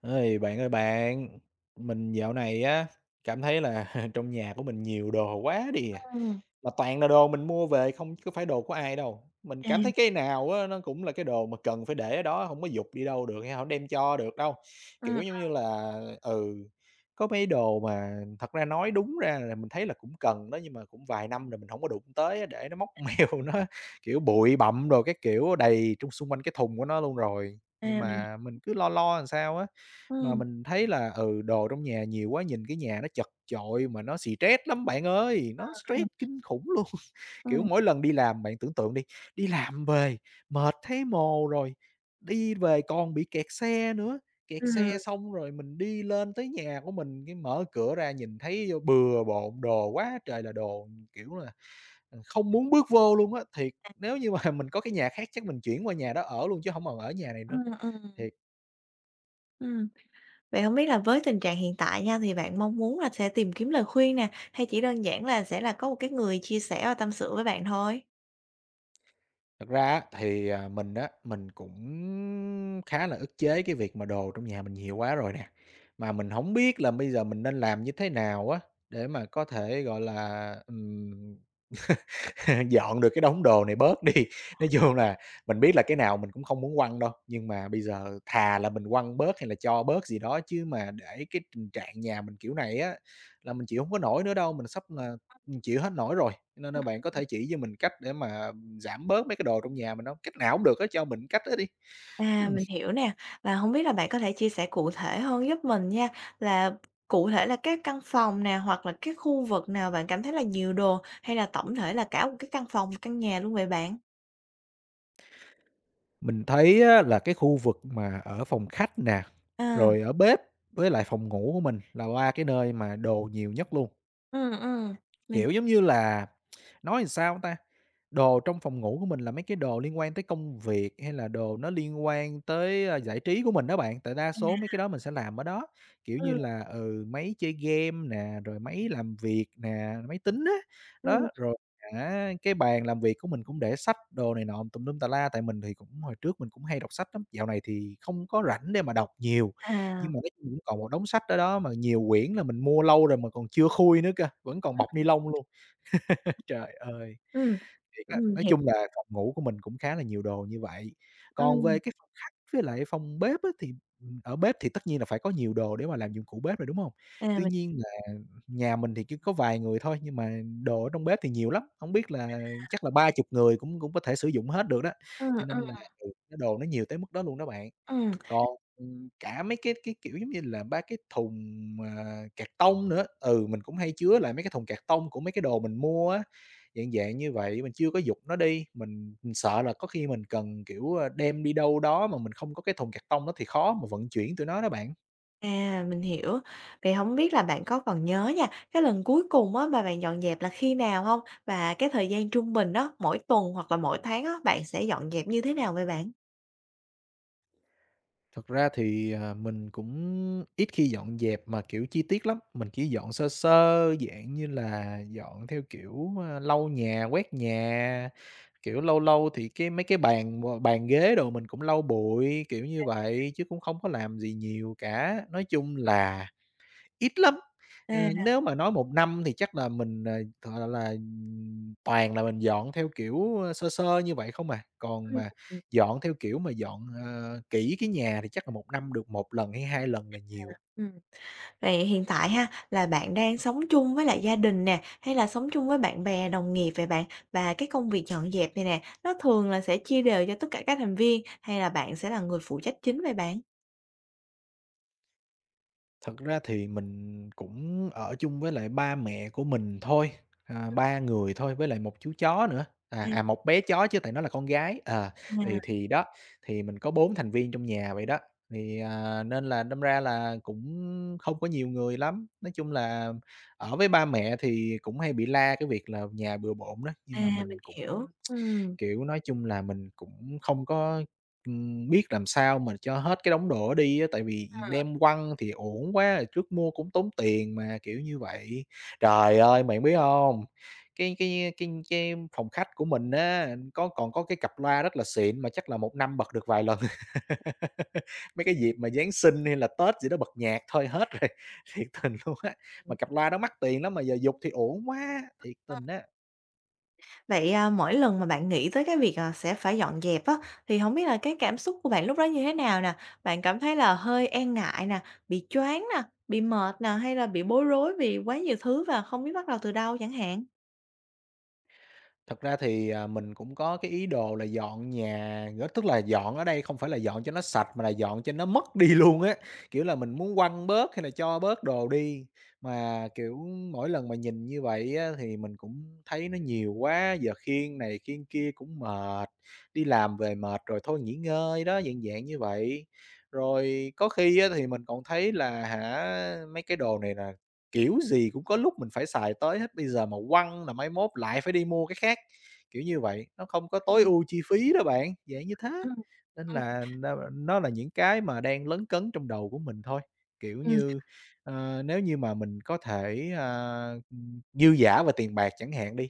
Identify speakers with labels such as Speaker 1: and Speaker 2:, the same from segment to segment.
Speaker 1: Ơi bạn, mình dạo này á, cảm thấy là trong nhà của mình nhiều đồ quá đi à,
Speaker 2: Ừm.
Speaker 1: mà toàn là đồ mình mua về không chứ có phải đồ của ai đâu. Mình
Speaker 2: À,
Speaker 1: cảm thấy cái nào á, nó cũng là cái đồ mà cần phải để ở đó, không có dục đi đâu được hay hổng đem cho được đâu.
Speaker 2: ừm.
Speaker 1: Kiểu, giống như là, ừ, có mấy đồ mà thật ra nói đúng ra là mình thấy là cũng cần đó, nhưng mà cũng vài năm rồi mình không có đụng tới á, để nó móc mèo, nó, kiểu, bụi bặm rồi cái kiểu đầy trong xung quanh cái thùng của nó luôn rồi.
Speaker 2: À,
Speaker 1: Nhưng
Speaker 2: mình
Speaker 1: mà
Speaker 2: hiểu.
Speaker 1: mình cứ lo lo làm sao á. Mà
Speaker 2: Ừm,
Speaker 1: mình thấy là, đồ trong nhà nhiều quá, nhìn cái nhà nó chật chội mà nó stress lắm bạn ơi, nó stress
Speaker 2: ừm,
Speaker 1: kinh khủng luôn. Kiểu,
Speaker 2: Ừm.
Speaker 1: mỗi lần đi làm bạn tưởng tượng đi, đi làm về mệt thấy mồ rồi, đi về còn bị kẹt xe nữa, kẹt
Speaker 2: Ừm.
Speaker 1: xe xong rồi mình đi lên tới nhà của mình, cái mở cửa ra nhìn thấy bừa bộn đồ quá trời là đồ, kiểu là, không muốn bước vô luôn á. Thiệt, nếu như mà mình có cái nhà khác chắc mình chuyển qua nhà đó ở luôn chứ không còn ở nhà này nữa,
Speaker 2: Ừm,
Speaker 1: thiệt.
Speaker 2: ừm. Vậy hông biết là với tình trạng hiện tại nha, thì bạn mong muốn là sẽ tìm kiếm lời khuyên nè, hay chỉ đơn giản là sẽ là có một cái người chia sẻ và tâm sự với bạn thôi?
Speaker 1: Thật ra á, thì, mình á, mình cũng khá là ức chế cái việc mà đồ trong nhà mình nhiều quá rồi nè, mà mình không biết là bây giờ mình nên làm như thế nào á, để mà có thể, gọi là, dọn được cái đống đồ này bớt đi. Nói chung là mình biết là cái nào mình cũng không muốn quăng đâu, nhưng mà bây giờ thà là mình quăng bớt hay là cho bớt gì đó chứ mà để cái tình trạng nhà mình kiểu này á, là mình chịu không có nổi nữa đâu, mình sắp là mình chịu hết nổi rồi. Cho nên là bạn có thể chỉ cho mình cách để mà giảm bớt mấy cái đồ trong nhà mình không? Cách nào cũng được á, cho mình cách đó đi.
Speaker 2: À,
Speaker 1: Ừm.
Speaker 2: mình hiểu nè, và hông biết là bạn có thể chia sẻ cụ thể hơn giúp mình nha, là cụ thể là cái căn phòng nè, hoặc là cái khu vực nào bạn cảm thấy là nhiều đồ, hay là tổng thể là cả một cái căn phòng, căn nhà luôn vậy bạn?
Speaker 1: Mình thấy á là cái khu vực mà ở phòng khách nè,
Speaker 2: À,
Speaker 1: rồi ở bếp với lại phòng ngủ của mình là 3 cái nơi mà đồ nhiều nhất luôn.
Speaker 2: ừm, ừm, mình.
Speaker 1: Kiểu, giống như là, nói làm sao ta, đồ trong phòng ngủ của mình là mấy cái đồ liên quan tới công việc, hay là đồ nó liên quan tới, giải trí của mình đó bạn, tại đa số mấy
Speaker 2: À,
Speaker 1: cái đó mình sẽ làm ở đó. Kiểu như
Speaker 2: ừm,
Speaker 1: là, máy chơi game nè, rồi máy làm việc nè, máy tính á, đó,
Speaker 2: ừm.
Speaker 1: rồi cái bàn làm việc của mình cũng để sách đồ này nọ tùm lum tà la, tại mình thì cũng hồi trước mình cũng hay đọc sách lắm, dạo này thì không có rảnh để mà đọc nhiều,
Speaker 2: À.
Speaker 1: nhưng mà nói chung cũng còn một đống sách ở đó mà nhiều quyển là mình mua lâu rồi mà còn chưa khui nữa cơ, vẫn còn bọc ni lông luôn. Trời ơi!
Speaker 2: Ừm.
Speaker 1: Thiệt á, nói
Speaker 2: Hiểu.
Speaker 1: chung là phòng ngủ của mình cũng khá là nhiều đồ như vậy. Còn
Speaker 2: Ừm,
Speaker 1: về cái phòng khách với lại phòng bếp á thì, ở bếp thì tất nhiên là phải có nhiều đồ để mà làm dụng cụ bếp rồi, đúng hông?
Speaker 2: à,
Speaker 1: Tuy
Speaker 2: mình.
Speaker 1: nhiên là nhà mình thì chỉ có vài người thôi, nhưng mà đồ ở trong bếp thì nhiều lắm, hổng biết là chắc là 30 người cũng cũng có thể sử dụng hết được đó,
Speaker 2: Ừm,
Speaker 1: cho nên là, cái đồ nó nhiều tới mức đó luôn đó bạn.
Speaker 2: ừm,
Speaker 1: Còn, cả mấy cái, kiểu, giống như là, 3 cái thùng, à, cạc tông nữa, mình cũng hay chứa lại mấy cái thùng cạc tông của mấy cái đồ mình mua á. Dạng dạng như vậy, mình chưa có giục nó đi, mình sợ là có khi mình cần, kiểu, đem đi đâu đó mà mình không có cái thùng cạc tông đó thì khó mà vận chuyển tụi nó đó bạn.
Speaker 2: à, mình hiểu. Vậy hổng biết là bạn có còn nhớ nha, cái lần cuối cùng á mà bạn dọn dẹp là khi nào hông? Và cái thời gian trung bình á, mỗi tuần hoặc là mỗi tháng á, bạn sẽ dọn dẹp như thế nào vậy bạn?
Speaker 1: Thật ra thì, mình cũng ít khi dọn dẹp mà, kiểu, chi tiết lắm, mình chỉ dọn sơ sơ, dạng như là dọn theo kiểu, lau nhà, quét nhà, kiểu, lâu lâu thì cái mấy cái bàn ghế đồ mình cũng lau bụi, kiểu như vậy, chứ cũng không có làm gì nhiều cả. Nói chung là ít lắm,
Speaker 2: À,
Speaker 1: nếu mà nói một năm thì chắc là mình toàn là mình dọn theo kiểu, sơ sơ như vậy không à, còn
Speaker 2: ừm,
Speaker 1: mà
Speaker 2: ừm,
Speaker 1: dọn theo kiểu mà dọn kỹ cái nhà thì chắc là một năm được một lần hay 2 lần là nhiều.
Speaker 2: ừm. Vậy hiện tại ha, là bạn đang sống chung với lại gia đình nè, hay là sống chung với bạn bè, đồng nghiệp vậy bạn? Và cái công việc dọn dẹp này nè, nó thường là sẽ chia đều cho tất cả các thành viên, hay là bạn sẽ là người phụ trách chính vậy bạn?
Speaker 1: Thật ra thì mình cũng ở chung với lại ba mẹ của mình thôi, 3 người thôi, với lại một chú chó nữa,
Speaker 2: À,
Speaker 1: 1 bé chó chứ tại nó là con gái,
Speaker 2: à.
Speaker 1: thì đó, thì mình có 4 thành viên trong nhà vậy đó. Thì, nên là đâm ra là cũng không có nhiều người lắm, nói chung là ở với ba mẹ thì cũng hay bị la cái việc là nhà bừa bộn đó,
Speaker 2: À,
Speaker 1: nhưng mà mình
Speaker 2: mình
Speaker 1: cũng,
Speaker 2: hiểu. Ừm.
Speaker 1: kiểu, nói chung là mình cũng không có biết làm sao mà cho hết cái đống đồ đó đi á, tại vì
Speaker 2: Ờ.
Speaker 1: đem quăng thì uổng quá, rồi trước mua cũng tốn tiền mà, kiểu như vậy. Trời ơi, bạn biết hông? Cái phòng khách của mình á, còn có cái cặp loa rất là xịn mà chắc là một năm bật được vài lần. Mấy cái dịp mà Giáng sinh hay là Tết gì đó bật nhạc thôi hết rồi, thiệt tình luôn á. Mà cặp loa đó mắc tiền lắm mà giờ giục thì uổng quá, thiệt tình á.
Speaker 2: Vậy, à, mỗi lần mà bạn nghĩ tới cái việc, à, sẽ phải dọn dẹp á, thì hổng biết là cái cảm xúc của bạn lúc đó như thế nào nè? Bạn cảm thấy là hơi e ngại nè, bị choáng nè, bị mệt nè, hay là bị bối rối vì quá nhiều thứ và không biết bắt đầu từ đâu chẳng hạn?
Speaker 1: Thật ra thì, mình cũng có cái ý đồ là dọn nhà, gó tức là dọn ở đây không phải là dọn cho nó sạch mà là dọn cho nó mất đi luôn á, kiểu là, mình muốn quăng bớt hay là cho bớt đồ đi. Mà, kiểu, mỗi lần mà nhìn như vậy á thì mình cũng thấy nó nhiều quá, giờ khiêng này khiêng kia cũng mệt, đi làm về mệt rồi thôi nghỉ ngơi đó, dạng dạng như vậy. Rồi có khi á thì mình còn thấy là, mấy cái đồ này nè. Kiểu gì cũng có lúc mình phải xài tới hết, bây giờ mà quăng là mai mốt lại phải đi mua cái khác, kiểu như vậy, nó không có tối
Speaker 2: Ừm,
Speaker 1: ưu chi phí đó bạn, dạng như thế.
Speaker 2: ừm,
Speaker 1: Nên là nó là những cái mà đang lấn cấn trong đầu của mình thôi, kiểu
Speaker 2: ừm.
Speaker 1: như, nếu như mà mình có thể, dư giả về tiền bạc chẳng hạn đi,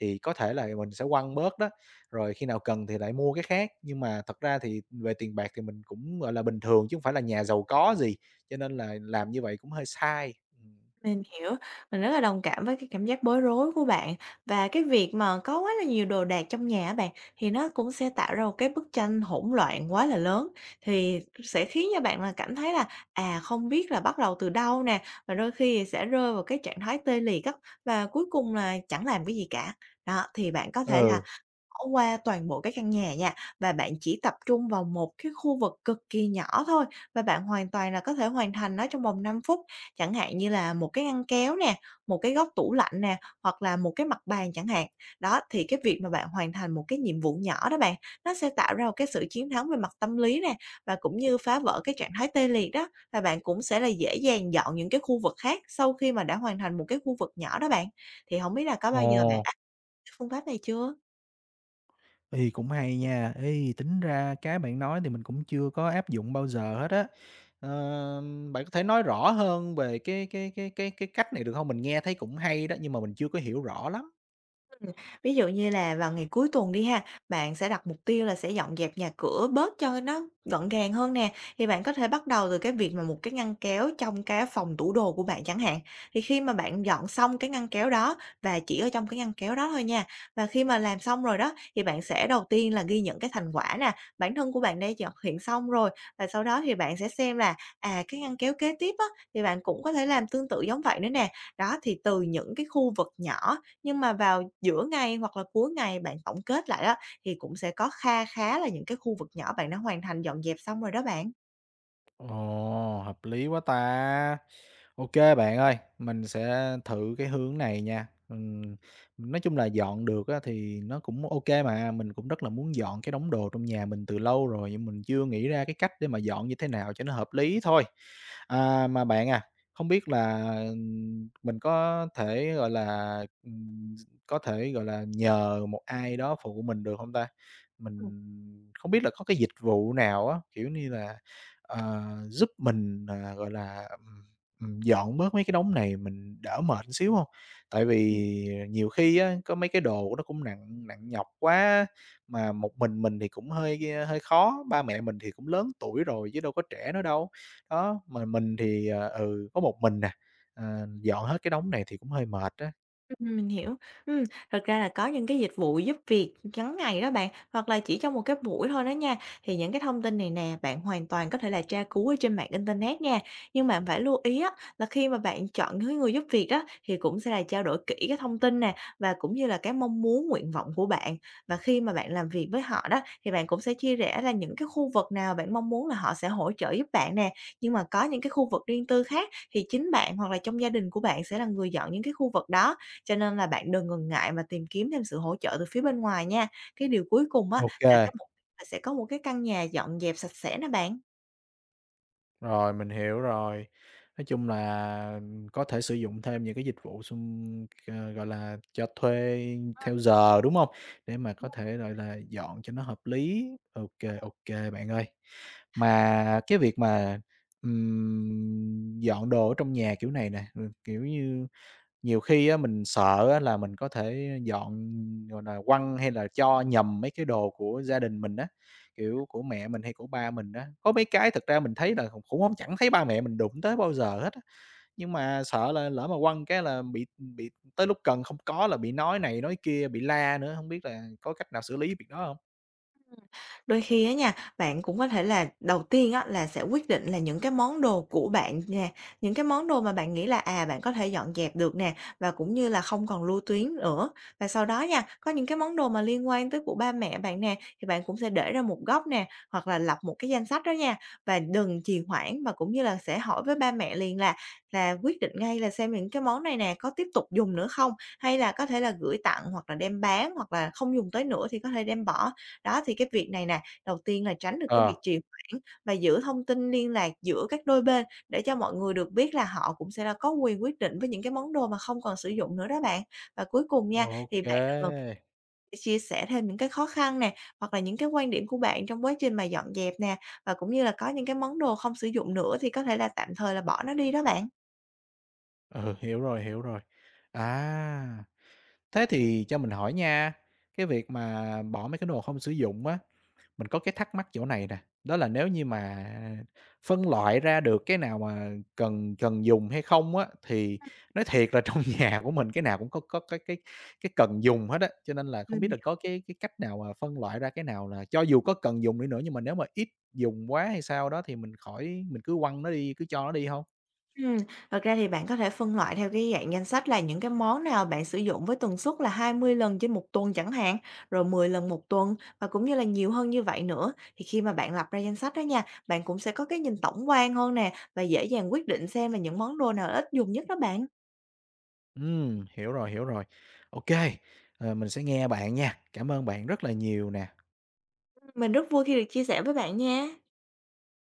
Speaker 1: thì có thể là mình sẽ quăng bớt đó, rồi khi nào cần thì lại mua cái khác. Nhưng mà thật ra thì về tiền bạc thì mình cũng, gọi là, bình thường chứ không phải là nhà giàu có gì, cho nên là làm như vậy cũng hơi sai. Ừm.
Speaker 2: Mình hiểu, mình rất là đồng cảm với cái cảm giác bối rối của bạn và cái việc mà có quá là nhiều đồ đạc trong nhà á bạn, thì nó cũng sẽ tạo ra một cái bức tranh hỗn loạn quá là lớn, thì sẽ khiến cho bạn là cảm thấy là, à, không biết là bắt đầu từ đâu nè, và đôi khi sẽ rơi vào cái trạng thái tê liệt á, và cuối cùng là chẳng làm cái gì cả. Đó, thì bạn có thể là
Speaker 1: Ừ.
Speaker 2: bỏ qua toàn bộ cái căn nhà nha, và bạn chỉ tập trung vào một cái khu vực cực kỳ nhỏ thôi, và bạn hoàn toàn là có thể hoàn thành nó trong vòng 5 phút. Chẳng hạn như là một cái ngăn kéo nè, một cái góc tủ lạnh nè, hoặc là một cái mặt bàn chẳng hạn. Đó, thì cái việc mà bạn hoàn thành một cái nhiệm vụ nhỏ đó bạn, nó sẽ tạo ra một cái sự chiến thắng về mặt tâm lý nè, và cũng như phá vỡ cái trạng thái tê liệt đó, và bạn cũng sẽ là dễ dàng dọn những cái khu vực khác sau khi mà đã hoàn thành một cái khu vực nhỏ đó bạn. Thì không biết là có bao giờ bạn
Speaker 1: Ồ,
Speaker 2: áp dụng phương pháp này chưa?
Speaker 1: thì cũng hay nha. Ê, tính ra cái bạn nói thì mình cũng chưa có áp dụng bao giờ hết á. Ờ, bạn có thể nói rõ hơn về cái cách này được không? Mình nghe thấy cũng hay đó, nhưng mà mình chưa có hiểu rõ lắm.
Speaker 2: Ừm, ví dụ như là vào ngày cuối tuần đi ha, bạn sẽ đặt mục tiêu là sẽ dọn dẹp nhà cửa bớt cho nó gọn gàng hơn nè, thì bạn có thể bắt đầu từ cái việc mà một cái ngăn kéo trong cái phòng tủ đồ của bạn chẳng hạn. Thì khi mà bạn dọn xong cái ngăn kéo đó và chỉ ở trong cái ngăn kéo đó thôi nha, và khi mà làm xong rồi đó thì bạn sẽ đầu tiên là ghi nhận cái thành quả nè, bản thân của bạn đã thực hiện xong rồi và sau đó thì bạn sẽ xem là, à, cái ngăn kéo kế tiếp á, thì bạn cũng có thể làm tương tự giống vậy nữa nè. Đó, thì từ những cái khu vực nhỏ nhưng mà vào giữa ngày hoặc là cuối ngày bạn tổng kết lại đó, thì cũng sẽ có kha khá là những cái khu vực nhỏ bạn đã hoàn thành dọn dẹp xong rồi đó bạn.
Speaker 1: Ồ, hợp lý quá ta! OK bạn ơi, mình sẽ thử cái hướng này nha. Nói chung là dọn được á thì nó cũng OK mà, mình cũng rất là muốn dọn cái đống đồ trong nhà mình từ lâu rồi, nhưng mình chưa nghĩ ra cái cách để mà dọn như thế nào cho nó hợp lý thôi. À, mà bạn à, không biết là, mình có thể, gọi là, ừm, có thể, gọi là, nhờ một ai đó phụ mình được không ta? Mình không biết là có cái dịch vụ nào á, kiểu như là, ờ, giúp mình, gọi là, dọn bớt mấy cái đống này mình đỡ mệt xíu hông? Tại vì nhiều khi á, có mấy cái đồ nó cũng nặng nặng nhọc quá, mà một mình thì cũng hơi khó, ba mẹ mình thì cũng lớn tuổi rồi chứ đâu có trẻ nữa đâu. Đó, mà mình thì, có một mình nè dọn hết cái đống này thì cũng hơi mệt á.
Speaker 2: Mình hiểu. Ừm, thật ra là có những cái dịch vụ giúp việc ngắn ngày đó bạn, hoặc là chỉ trong một cái buổi thôi đó nha, thì những cái thông tin này nè, bạn hoàn toàn có thể là tra cứu ở trên mạng internet nha. Nhưng mà phải lưu ý á, là khi mà bạn chọn cái người giúp việc đó, thì cũng sẽ là trao đổi kỹ cái thông tin nè, và cũng như là cái mong muốn, nguyện vọng của bạn. Và khi mà bạn làm việc với họ đó, thì bạn cũng sẽ chia rẽ ra những cái khu vực nào bạn mong muốn là họ sẽ hỗ trợ giúp bạn nè. Nhưng mà có những cái khu vực riêng tư khác, thì chính bạn hoặc là trong gia đình của bạn sẽ là người dọn những cái khu vực đó. Cho nên là bạn đừng ngần ngại mà tìm kiếm thêm sự hỗ trợ từ phía bên ngoài nha. Cái điều cuối cùng á, là
Speaker 1: OK.
Speaker 2: cái mục đích là sẽ có một cái căn nhà dọn dẹp sạch sẽ nè bạn.
Speaker 1: Rồi, mình hiểu rồi. Nói chung là có thể sử dụng thêm những cái dịch vụ gọi là, cho thuê theo giờ, đúng không? Để mà có thể, gọi là, dọn cho nó hợp lý. OK, OK, bạn ơi. Mà cái việc mà, dọn đồ ở trong nhà kiểu này nè, rồi, kiểu như nhiều khi á mình sợ á là mình có thể dọn, gọi là, quăng hay là cho nhầm mấy cái đồ của gia đình mình á, kiểu, của mẹ mình hay của ba mình á. Có mấy cái thực ra mình thấy là cũng cũng hông chẳng thấy ba mẹ mình đụng tới bao giờ hết á, nhưng mà sợ là lỡ mà quăng cái là bị tới lúc cần không có là bị nói này nói kia, bị la nữa, không biết là có cách nào xử lý việc đó không?
Speaker 2: Đôi khi á nha, bạn cũng có thể là đầu tiên á là sẽ quyết định là những cái món đồ của bạn nè, những cái món đồ mà bạn nghĩ là, à, bạn có thể dọn dẹp được nè, và cũng như là không còn lưu tuyến nữa. Và sau đó nha, có những cái món đồ mà liên quan tới của ba mẹ bạn nè, thì bạn cũng sẽ để ra một góc nè, hoặc là lập một cái danh sách đó nha. Và đừng trì hoãn mà cũng như là sẽ hỏi với ba mẹ liền là quyết định ngay là xem những cái món này nè có tiếp tục dùng nữa không, hay là có thể là gửi tặng hoặc là đem bán, hoặc là không dùng tới nữa thì có thể đem bỏ. Đó, thì cái việc này nè, đầu tiên là tránh được cái
Speaker 1: Ờ,
Speaker 2: việc trì hoãn và giữ thông tin liên lạc giữa các đôi bên để cho mọi người được biết là họ cũng sẽ là có quyền quyết định với những cái món đồ mà không còn sử dụng nữa đó bạn. Và cuối cùng nha, thì
Speaker 1: OK,
Speaker 2: bạn đừng ngần ngại chia sẻ thêm những cái khó khăn nè, hoặc là những cái quan điểm của bạn trong quá trình mà dọn dẹp nè, và cũng như là có những cái món đồ không sử dụng nữa thì có thể là tạm thời là bỏ nó đi đó bạn.
Speaker 1: ừ, hiểu rồi, hiểu rồi. À, thế thì cho mình hỏi nha, cái việc mà bỏ mấy cái đồ không sử dụng á, mình có cái thắc mắc chỗ này nè, đó là nếu như mà phân loại ra được cái nào mà cần cần dùng hay không á, thì nói thiệt là trong nhà của mình cái nào cũng có cái cần dùng hết á, cho nên là không biết
Speaker 2: Mình
Speaker 1: là có cái cách nào mà phân loại ra cái nào là cho dù có cần dùng đi nữa nhưng mà nếu mà ít dùng quá hay sao đó thì mình khỏi mình cứ quăng nó đi, cứ cho nó đi không.
Speaker 2: Ừm, Thật ra thì bạn có thể phân loại theo cái dạng danh sách là những cái món nào bạn sử dụng với tần suất là 20 lần trên một tuần chẳng hạn, rồi 10 lần một tuần và cũng như là nhiều hơn như vậy nữa. Thì khi mà bạn lập ra danh sách đó nha, bạn cũng sẽ có cái nhìn tổng quan hơn nè và dễ dàng quyết định xem là những món đồ nào ít dùng nhất đó bạn.
Speaker 1: Hiểu rồi, hiểu rồi. OK. Mình sẽ nghe bạn nha. Cảm ơn bạn rất là nhiều nè.
Speaker 2: Mình rất vui khi được chia sẻ với bạn nha.